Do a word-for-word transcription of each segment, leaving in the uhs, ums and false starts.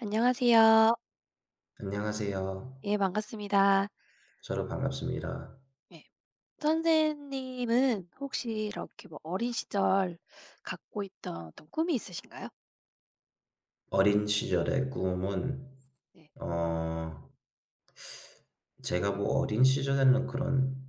안녕하세요. 안녕하세요. 예 반갑습니다. 서로 반갑습니다. 네. 선생님은 혹시 이렇게 뭐 어린 시절 갖고 있던 어떤 꿈이 있으신가요? 어린 시절의 꿈은 네. 어 제가 뭐 어린 시절에는 그런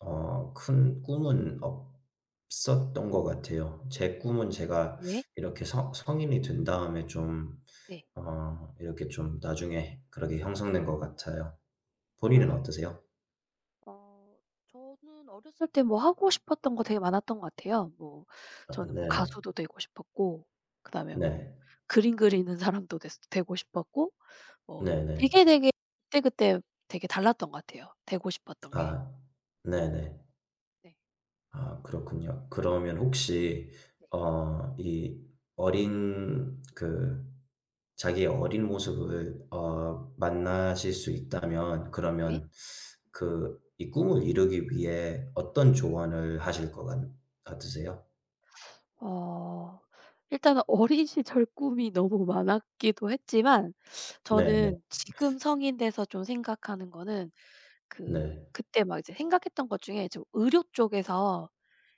어 큰 꿈은 없었던 것 같아요. 제 꿈은 제가 네. 이렇게 성 성인이 된 다음에 좀 네. 어 이렇게 좀 나중에 그렇게 형성된 것 같아요. 본인은 아 어떠세요? 어 저는 어렸을 때 뭐 하고 싶었던 거 되게 많았던 것 같아요. 뭐 어 저는 뭐 네네. 가수도 되고 싶었고 그다음에 뭐 네. 그림 그리는 사람도 됐 되고 싶었고 뭐 네네. 되게, 되게 그때그때 되게 달랐던 것 같아요, 되고 싶었던 게. 아 네네. 네. 아 그렇군요. 그러면 혹시 어 이 어린 그 자기의 어린 모습을 어 만나실 수 있다면 네. 그러면 그 이 꿈을 이루기 위해 어떤 조언을 하실 것 같 같으세요? 어. 일단은 어린 시절 꿈이 너무 많았기도 했지만 네네. 네. 저는 지금 성인 돼서 좀 생각하는 거는 그 네. 그때 막 이제 생각했던 것 중에 좀 '의료 쪽에서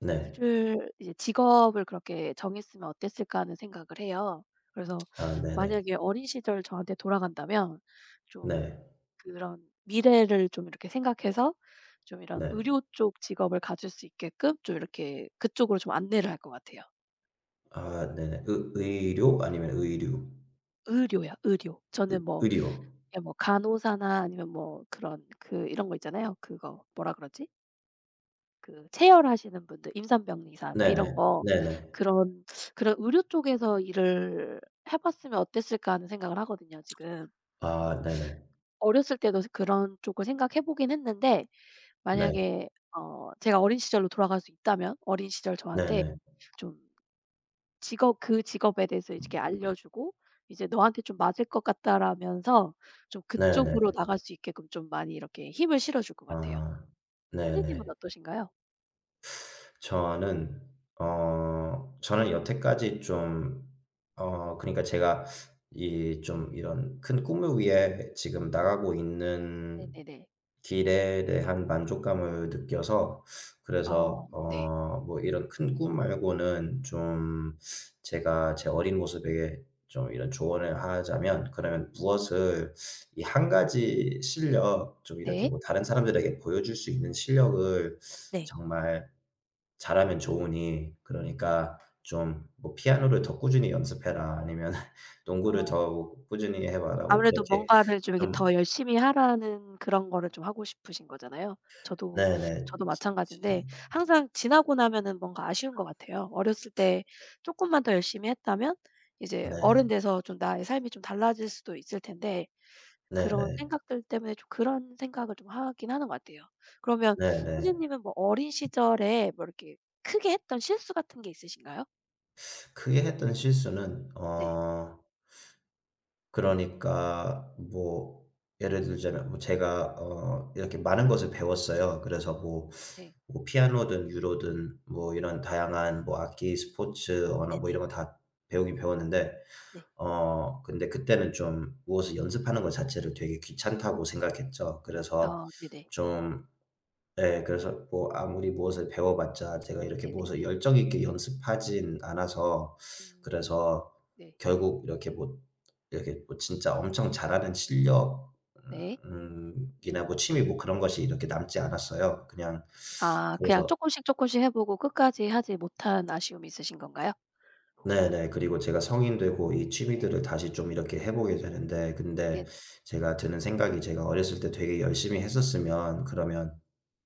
네. 일을 이제 직업을 그렇게 정했으면 어땠을까.' 하는 생각을 해요. 그래서 아 네네. 만약에 어린 시절 저한테 돌아간다면 좀 네. 네. 그런 미래를 좀 이렇게 생각해서 좀 이런 네. 의료 쪽 직업을 가질 수 있게끔 좀 이렇게 그쪽으로 좀 안내를 할 것 같아요. 아 네네. 의 의료 아니면 의류? 의료요, 의료. 저는 뭐 의료. 그냥 뭐 간호사나 아니면 뭐 그런 그 이런 거 있잖아요. 그거 뭐라 그러지? 그 체열하시는 분들, 임산병리사 막 네네. 이런 거 네네. 그런 그런 의료 쪽에서 일을 해 봤으면 어땠을까 하는 생각을 하거든요, 지금. 아 그래서 네네. 어렸을 때도 그런 쪽을 생각해 보긴 했는데 네. 만약에 어 제가 어린 시절로 돌아갈 수 있다면 어린 시절 저한테 네네. 좀 직업 그 직업에 대해서 이렇게 알려주고 이제 "너한테 좀 맞을 것 같다."라면서 좀 네네. 그쪽으로 나갈 수 있게끔 좀 많이 이렇게 힘을 실어줄 것 같아요. 아. 선생님은 네네. 어떠신가요? 저는 어 저는 여태까지 좀 어 그러니까 제가 이 좀 이런 큰 꿈을 위해 지금 나가고 있는 네네네. 길에 대한 만족감을 느껴서 그래서 어 네. 어 뭐 이런 큰 꿈 말고는 좀 제가 제 어린 모습에게 좀 이런 조언을 하자면 그러면 무엇을 이 한 가지 실력 좀 이렇게 네. 뭐 다른 사람들에게 보여줄 수 있는 실력을 네. 정말 잘하면 좋으니 네. 그러니까 좀 뭐 "피아노를 더 꾸준히 연습해라." 아니면 "농구를 어 더 뭐 꾸준히 해 봐라." 뭐 아무래도 그렇게 뭔가를 좀 이렇게 좀 더 열심히 하라는 그런 거를 좀 하고 싶으신 거잖아요. 저도 네네. 저도 지 제 마찬가지인데 항상 지나고 나면은 뭔가 아쉬운 것 같아요. 어렸을 때 쪼끔만 더 열심히 했다면 이제 어른 네. 돼서 좀 나의 삶이 좀 달라질 수도 있을 텐데 그런 네네. 생각들 때문에 좀 그런 생각을 좀 하긴 하는 것 같아요. 그러면 네네. 선생님은 뭐 어린 시절에 뭐 이렇게 크게 했던 실수 같은 게 있으신가요? 크게 했던 실수는 네. 어 그러니까 뭐 예를 들자면 뭐 제가 어 이렇게 네. 많은 것을 배웠어요. 그래서 뭐 네. 뭐 피아노든 유로든 뭐 이런 다양한 뭐 악기, 스포츠, 언어 뭐 네네. 이런 거 다 배우긴 배웠는데 네. 어 근데 그때는 좀 무엇을 연습하는 것 자체를 되게 귀찮다고 생각했죠. 그래서 어 네네. 좀 예. 그래서 뭐 아무리 무엇을 배워 봤자 제가 이렇게 네네네. 무엇을 열정 있게 연습하진 않아서 음. 그래서 네. 결국 이렇게 뭐 이렇게 뭐 진짜 엄청 잘하는 실력 네. 음 이나 뭐 취미 뭐 그런 것이 이렇게 남지 않았어요. 그냥 아 그냥 그래서 쪼끔씩 쪼끔씩 해 보고 끝까지 하지 못한 아쉬움이 있으신 건가요? 네네. 그리고 제가 성인 되고 이 네. 취미들을 다시 좀 이렇게 해 보게 되는데 근데 네네. 제가 드는 생각이 제가 어렸을 때 되게 열심히 했었으면 그러면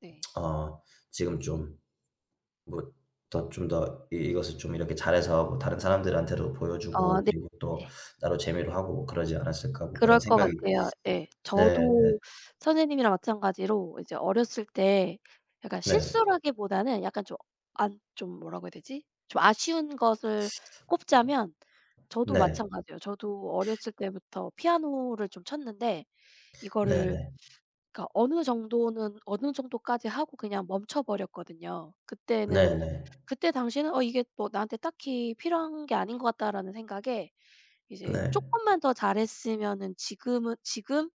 네. 어 지금 좀 뭐 더 좀 더 이 이것을 좀 이렇게 잘해서 뭐 다른 사람들한테도 어 보여주고 네. 그리고 또 네. 나로 재미로 하고 뭐 그러지 않았을까 뭐 그런 그럴 것 생각이 같아요. 예. 네 네 저도 선생님이랑 마찬가지로 이제 어렸을 때 약간 네 실수라기보다는 약간 좀 안 좀 뭐라고 해야 되지? 좀 아쉬운 것을 꼽자면 저도 네. 마찬가지예요. 저도 어렸을 때부터 피아노를 좀 쳤는데 이거를 네네. 그러니까 어느 정도는 어느 정도까지 하고 그냥 멈춰 버렸거든요. 그때는 네네. 그때 당시에는 '어 이게 뭐 나한테 딱히 필요한 게 아닌 것 같다.'라는 생각에 이제 네. 쪼끔만 더 잘했으면은 지금은 지금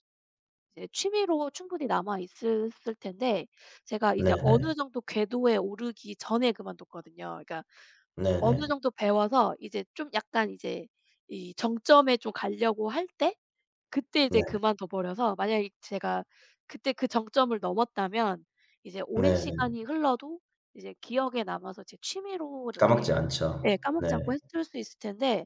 이제 취미로 충분히 남아 있었을 텐데 제가 이제 네네. 어느 정도 궤도에 오르기 전에 그만뒀거든요. 그러니까 어느 네네. 정도 배워서 이제 좀 약간 이제 이 정점에 좀 가려고 할 때 그때 이제 네. 그만둬 버려서 만약에 제가 그때 그 정점을 넘었다면 이제 오랜 네네. 시간이 흘러도 이제 기억에 남아서 제 취미로 까먹지 이렇게 않죠. 예 까먹지 않고 네. 했을 수 있을 텐데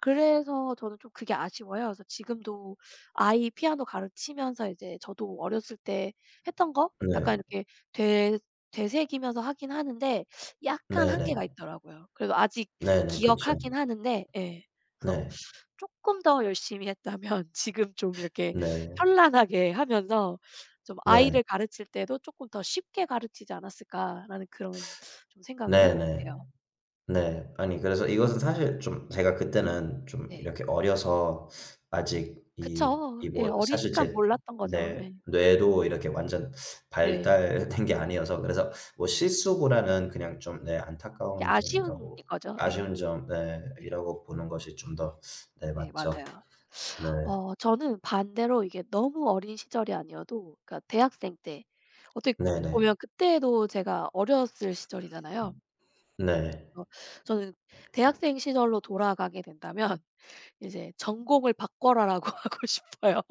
그래서 저는 좀 그게 아쉬워요. 그래서 지금도 아이 피아노 가르치면서 이제 저도 어렸을 때 했던 거 약간 네. 이렇게 되 되새기면서 하긴 하는데 약간 네네. 한계가 있더라고요. 그래도 아직 네네. 그쵸. 기억하긴 하는데 예. 그래서 네. 쪼끔 더 열심히 했다면 지금 좀 이렇게 네. 현란하게 하면서 좀 네. '아이를 가르칠 때도 쪼끔 더 쉽게 가르치지 않았을까.'라는 그런 좀 생각을 해 보게 네네. 돼요. 네. 아니 그래서 이것은 사실 좀 제가 그때는 좀 네. 이렇게 어려서 아직 이 이 그쵸. 예 뭐 사실 어리니까 제 몰랐던 거죠. 네 예. 뇌도 이렇게 완전 네. 발달된 게 아니어서 그래서 뭐 네. 실수보다는 그냥 좀 네 이게 안타까운 아쉬운 점이라고 거죠. 아쉬운 예. 점 네 네. 이라고 보는 것이 좀 더 네 네. 맞죠. 맞아요. 네. 어 저는 반대로 이게 너무 어린 시절이 아니어도 그러니까 대학생 때 어떻게 네네. 보면 그때도 제가 어렸을 시절이잖아요. 네. 그래서 저는 대학생 시절로 돌아가게 된다면 이제 '전공을 바꿔라.'라고 하고 싶어요.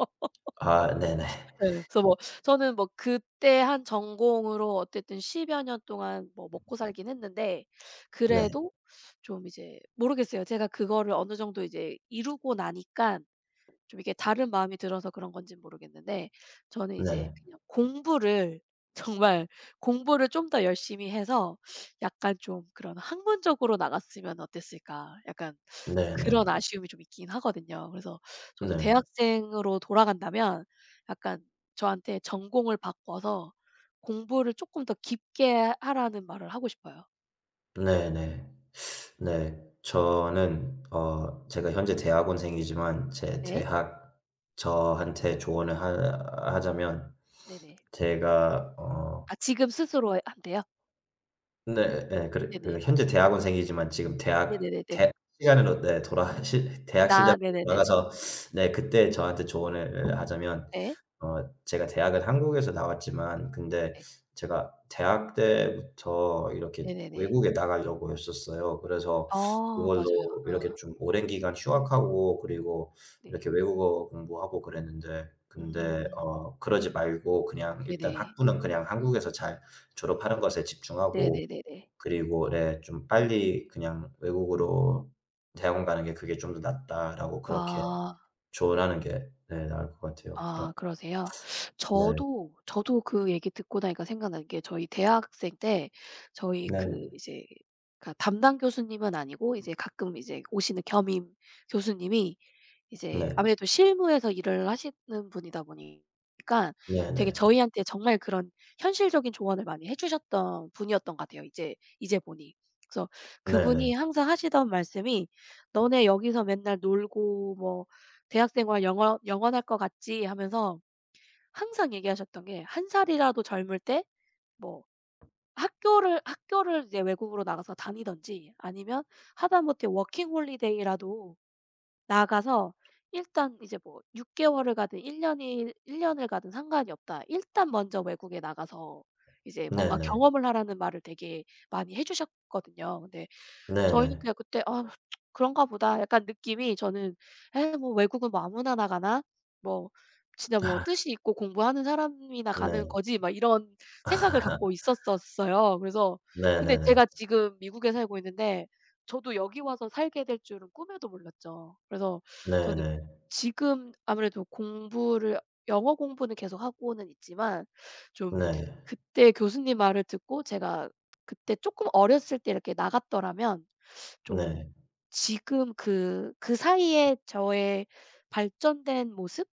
아 네네. 예. 그래서 뭐 저는 뭐 그때 한 전공으로 어쨌든 십여 년 동안 뭐 먹고 살긴 했는데 네. 그래도 좀 이제 모르겠어요. 제가 그거를 어느 정도 이제 이루고 나니깐 좀 이게 다른 마음이 들어서 그런 건는 모르겠는데 저는 이제 네. 그냥 공부를 정말 공부를 좀 더 열심히 해서 약간 좀 그런 '학문적으로 나갔으면 어땠을까.' 약간 좀 네네. 그런 아쉬움이 좀 있긴 하거든요. 그래서 저도 네. 대학생으로 돌아간다면 약간 저한테 전공을 바꿔서 공부를 조금 더 깊게 하라는 말을 하고 싶어요. 네네. 네. 저는 어 제가 현재 대학원생이지만 제 네. 대학 저한테 조언을 하 하자면 네네. 제가 어 아 지금 스스로 한테요? 네. 예. 그래 네네. 그 현재 대학원생이지만 지금 대학 대 네네네네. 시간으로 네 돌아 시 대학 시작으로 나 네네네네. 돌아가서 네 그때 저한테 조언을 하자면 네. 어 제가 대학은 한국에서 나왔지만 근데 네. 제가 대학 때부터 이렇게 네네네. 외국에 나가려고 했었어요. 그래서 아 맞아요. 그걸로 이렇게 어. 좀 오랜 기간 휴학하고 그리고 네. 이렇게 외국어 공부하고 그랬는데 근데 음. 어 그러지 말고 그냥 일단 네네. 학부는 그냥 한국에서 잘 졸업하는 것에 집중하고 네네네네. 그리고 네 좀 빨리 그냥 "외국으로 대학원 가는 게 그게 좀 더 낫다."라고 그렇게 아. 조언하는 게 네 나을 것 같아요. 그런 아 그러세요? 네. 저도 저도 그 얘기 듣고 나니까 생각난 게 저희 대학생 때 저희 네. 그 이제 그러니까 담당 교수님은 아니고 이제 가끔 이제 오시는 겸임 교수님이 이제 네. 아무래도 실무에서 일을 하시는 분이다 보니까 되게 네네. 저희한테 정말 그런 현실적인 조언을 많이 해 주셨던 분이었던 것 같아요 이제 이제 보니. 그래서 네네. 그분이 항상 하시던 말씀이 "너네 여기서 맨날 놀고 뭐 대학 생활 영원 영원할 것 같지?" 하면서 항상 얘기하셨던 게 한 살이라도 젊을 때 뭐 학교를 학교를 이제 외국으로 나가서 다니든지 아니면 하다못해 워킹 홀리데이라도 나가서 일단 이제 뭐 육 개월 개월을 가든 일 년 년이 일 년 년을 가든 상관이 없다. 일단 먼저 외국에 나가서 이제 뭔가 네네. 경험을 하라는 말을 되게 많이 해 주셨거든요. 근데 저희는 네네. 그냥 그때 '아 그런가 보다.' 약간 느낌이 저는 '에이 뭐 외국은 뭐 아무나 나가나? 뭐 진짜 뭐 뜻이 있고 공부하는 사람이나 가는 네. 거지.' 막 이런 생각을 갖고 있었었어요. 그래서 근데 네네네. 제가 지금 미국에 살고 있는데 저도 여기 와서 살게 될 줄은 꿈에도 몰랐죠. 그래서 저는 네네. 지금 아무래도 공부를 영어 공부는 계속 하고는 있지만 좀 네. 그때 교수님 말을 듣고 제가 그때 쪼끔 어렸을 때 이렇게 나갔더라면 좀 네. 지금 그 그 사이에 저의 발전된 모습?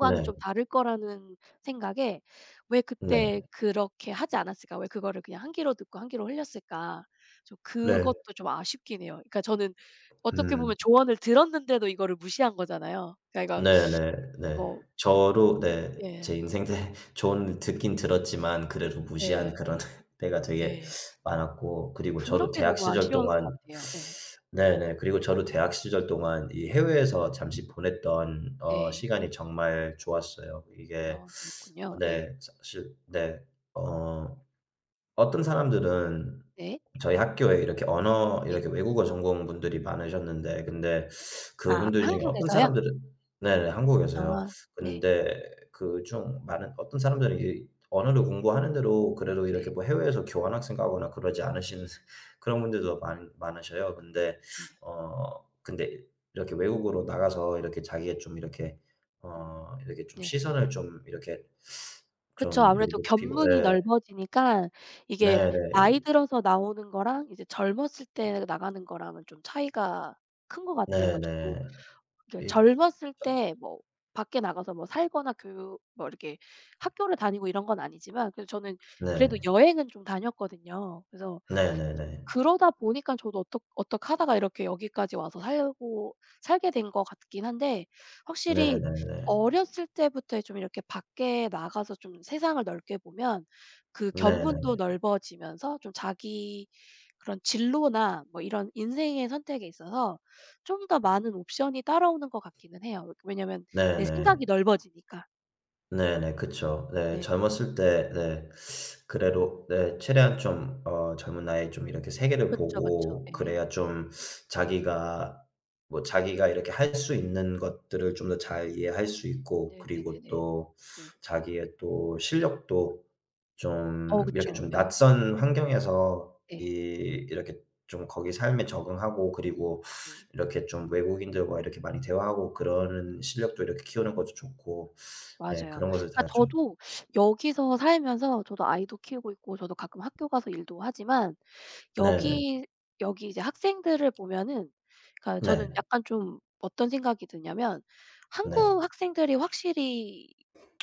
네. 네. 좀 다를 거라는 생각에 '왜 네. 그때 그렇게 하지 않았을까? 왜 그거를 그냥 한 귀로 듣고 한 귀로 흘렸을까?' 좀 네. 그것도 좀 아쉽긴 해요. 그러니까 저는 어떻게 음. 보면 조언을 들었는데도 이거를 무시한 거잖아요. 그러니까 이거 네네네. 뭐 저로 네 제 예. 인생때 조언을 듣긴 들었지만 그래도 무시한 예. 그런 때가 되게 예. 많았고 그리고 저도 그런 게 대학 너무 시절 아쉬운 것 동안 같아요. 예. 네네. 그리고 저도 대학 시절 동안 이 해외에서 잠시 보냈던 어 네. 시간이 정말 좋았어요. 이게 아 그랬군요. 예. 네 사실 네. 어 어떤 사람들은 네. 저희 학교에 이렇게 언어 네. 이렇게 외국어 전공 분들이 많으셨는데 근데 아 그분들 중에 어떤 한국에서요? 사람들은 네네 한국에서요. 아 네. 근데 그 중 많은 어떤 사람들은 이 언어를 공부하는 대로 그래도 네네. 이렇게 뭐 해외에서 교환학생 가거나 그러지 않으 네. 신 네. 그런 네. 분들도 많 많으셔요. 근데 네. 어 근데 이렇게 외국으로 나가서 이렇게 자기의 좀 이렇게 음 음, 어 이렇게 좀 네. 시선을 좀 이렇게 그쵸. 좀 이렇게 아무래도 높이고 견문이 예. 넓어지니까 이게 네네. 나이 들어서 나오는 거랑 이제 젊었을 때 나가는 거랑은 좀 차이가 큰 것 같아요. 그러니까 저도 네네. 이게 이 젊었을 때 뭐 밖에 나가서 뭐 살거나 교육 뭐 이렇게 학교를 다니고 이런 건 아니지만 그래도 저는 그래도 네. 여행은 좀 다녔거든요. 그래서 네네네. 그러다 보니까 저도 어떡 어떡하다가 이렇게 여기까지 와서 살고 살게 된 것 같긴 한데 확실히 네네네. 어렸을 때부터 좀 이렇게 밖에 나가서 좀 세상을 넓게 보면 그 네네. 견문도 넓어지면서 좀 자기 그런 진로나 뭐 이런 인생의 선택에 있어서 좀 더 많은 옵션이 따라오는 것 같기는 해요. 왜냐면 내 생각이 네네. 넓어지니까. 네네. 그쵸. 네. 네. 젊었을 때 네 그래도 네 네. 최대한 좀 어 젊은 나이에 좀 이렇게 세계를 그쵸, 그쵸. 보고 예. 그래야 좀 자기가 뭐 자기가 이렇게 할 수 있는 것들을 좀 더 잘 이해할 수 있고 그리고 네네네네. 또 네. 자기의 또 실력도 어 좀 이렇게 그쵸. 좀 예. 네. 낯선 환경에서 네. 이 이렇게 좀 거기 삶에 적응하고 그리고 네네. 이렇게 좀 외국인들과 이렇게 많이 대화하고 그러는 실력도 이렇게 키우는 것도 좋고 네 맞아요. 그런 것을 그러니까 다 좀 저도 여기서 살면서 저도 아이도 키우고 있고 저도 가끔 학교 가서 일도 하지만 네네. 여기 여기 이제 학생들을 보면은 그러니까 저는 네. 약간 좀 어떤 생각이 드냐면 네. 한국 학생들이 확실히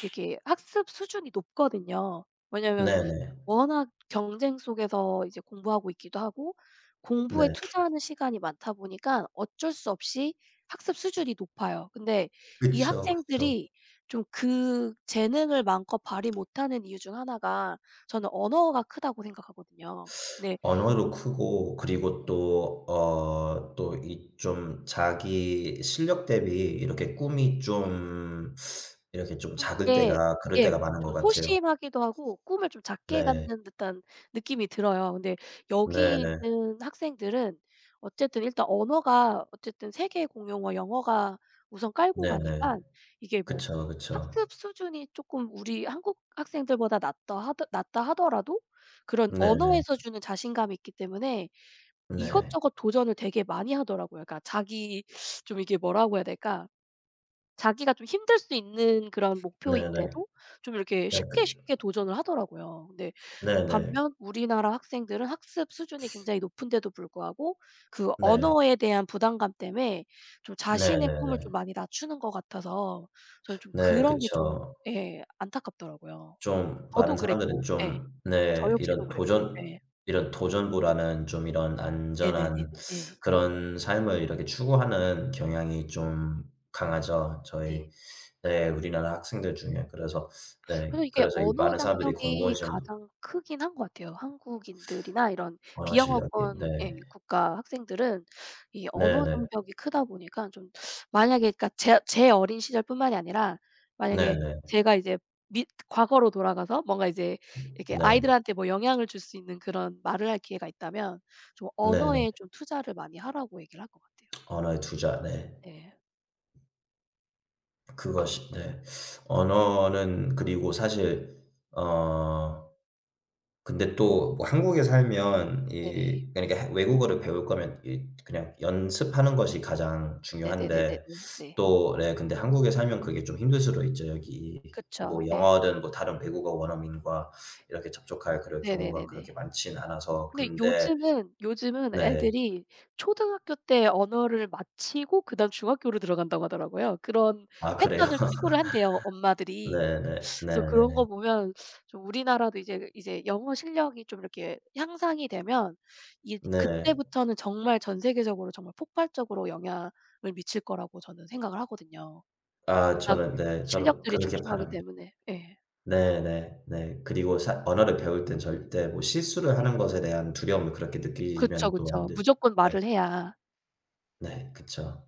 이렇게 학습 수준이 높거든요. 왜냐면 네네. 워낙 경쟁 속에서 이제 공부하고 있기도 하고 공부에 네. 투자하는 시간이 많다 보니까 어쩔 수 없이 학습 수준이 높아요. 근데 이 그쵸, 그쵸. 학생들이 좀 그 재능을 마음껏 발휘 못하는 이유 중 하나가 저는 언어가 크다고 생각하거든요. 네. 언어도 크고 그리고 또 어 또 이 좀 자기 실력 대비 이렇게 꿈이 좀 이렇게 좀 좀 작을 이렇게 때가 그럴 때가 예 많은 좀 것 같아요. 소심하기도 하고 꿈을 좀 작게 네. 갖는 듯한 느낌이 들어요. 근데 여기 네네. 있는 학생들은 어쨌든 일단 언어가 어쨌든 세계 공용어 영어가 우선 깔고 네네. 가니까 이게 뭐 그쵸, 그쵸. 학습 수준이 쪼끔 우리 한국 학생들보다 낮다 하더 낮다 하더라도 그런 네네. 언어에서 주는 자신감이 있기 때문에 네. 이것저것 도전을 되게 많이 하더라고요. 그러니까 자기 좀 이게 뭐라고 해야 될까? 자기가 좀 힘들 수 있는 그런 네네. 목표인데도 좀 이렇게 네 쉽게 그 쉽게 도전을 하더라고요. 근데 네네. 반면 우리나라 학생들은 학습 수준이 굉장히 높은데도 불구하고 그 네. 언어에 대한 부담감 때문에 좀 자신의 꿈을 좀 네네네. 많이 낮추는 것 같아서 저는 좀 네 그런 게 좀 그쵸. 예 안타깝더라고요. 좀 저도 많은 사람들은 그랬고 예. 좀 저 네 역시도 이런 그랬고 도전 예. 이런 도전부라는 좀 이런 네네네네 안전한 네. 그런 삶을 이렇게 추구하는 경향이 좀 강하죠. 네. 저희 네 우리나라 학생들 중에. 그래서 그래서 네 이게 그래서 이 언어 많은 사람들이 공무원 장벽이 시험도 가장 크긴 한 것 같아요. 한국인들이나 이런 공원 실력이 네. 비영어권 의 국가 학생들은 이 언어 네네. 장벽이 크다 보니까 좀 만약에 그러니까 제 제 어린 시절뿐만이 아니라 만약에 네네. 제가 이제 미, 과거로 돌아가서 뭔가 이제 이렇게 네. 아이들한테 뭐 영향을 줄 수 있는 그런 말을 할 기회가 있다면 좀 네네. 언어에 좀 투자를 많이 하라고 얘기를 할 것 같아요. 언어의 투자 네. 네. 그것이 네. 언어는 그리고 사실 어 근데 또뭐 한국에 살면 네네. 이 그러니까 해 외국어를 배울 거면 이 그냥 연습하는 것이 가장 중요한데 네네네네네. 네. 또 네 근데 한국에 살면 그게 좀 힘들 수도 있죠. 여기 뭐 그쵸. 예. 영어든 뭐 다른 외국어 원어민과 이렇게 접촉할 그런 경우가 네네네네. 그렇게 많진 않아서 근데 근데 요즘은 요즘은 네. 애들이 초등학교 때 언어를 마치고 그다음 중학교로 들어간다고 하더라고요. 그런 아 그래요? 패턴을 추구를 한대요, 엄마들이. 네네. 그래서 네네. 그런 네. 거 보면 좀 우리나라도 이제 이제 영어 실력이 좀 이렇게 향상이 되면 이 네. 그때부터는 정말 전 세계적으로 정말 폭발적으로 영향을 미칠 거라고 저는 생각을 하거든요. 아 워낙 저는 네 저도 그 실력들이 렇게 출중하기 바랍니다. 때문에. 예. 네네. 네. 네. 그리고 사 언어를 배울 땐 절대 뭐 실수를 네. 하는 것에 대한 두려움을 그렇게 그쵸, 느끼면 또 안 그쵸. 되죠. 무조건 네. 말을 해야 네. 그쵸.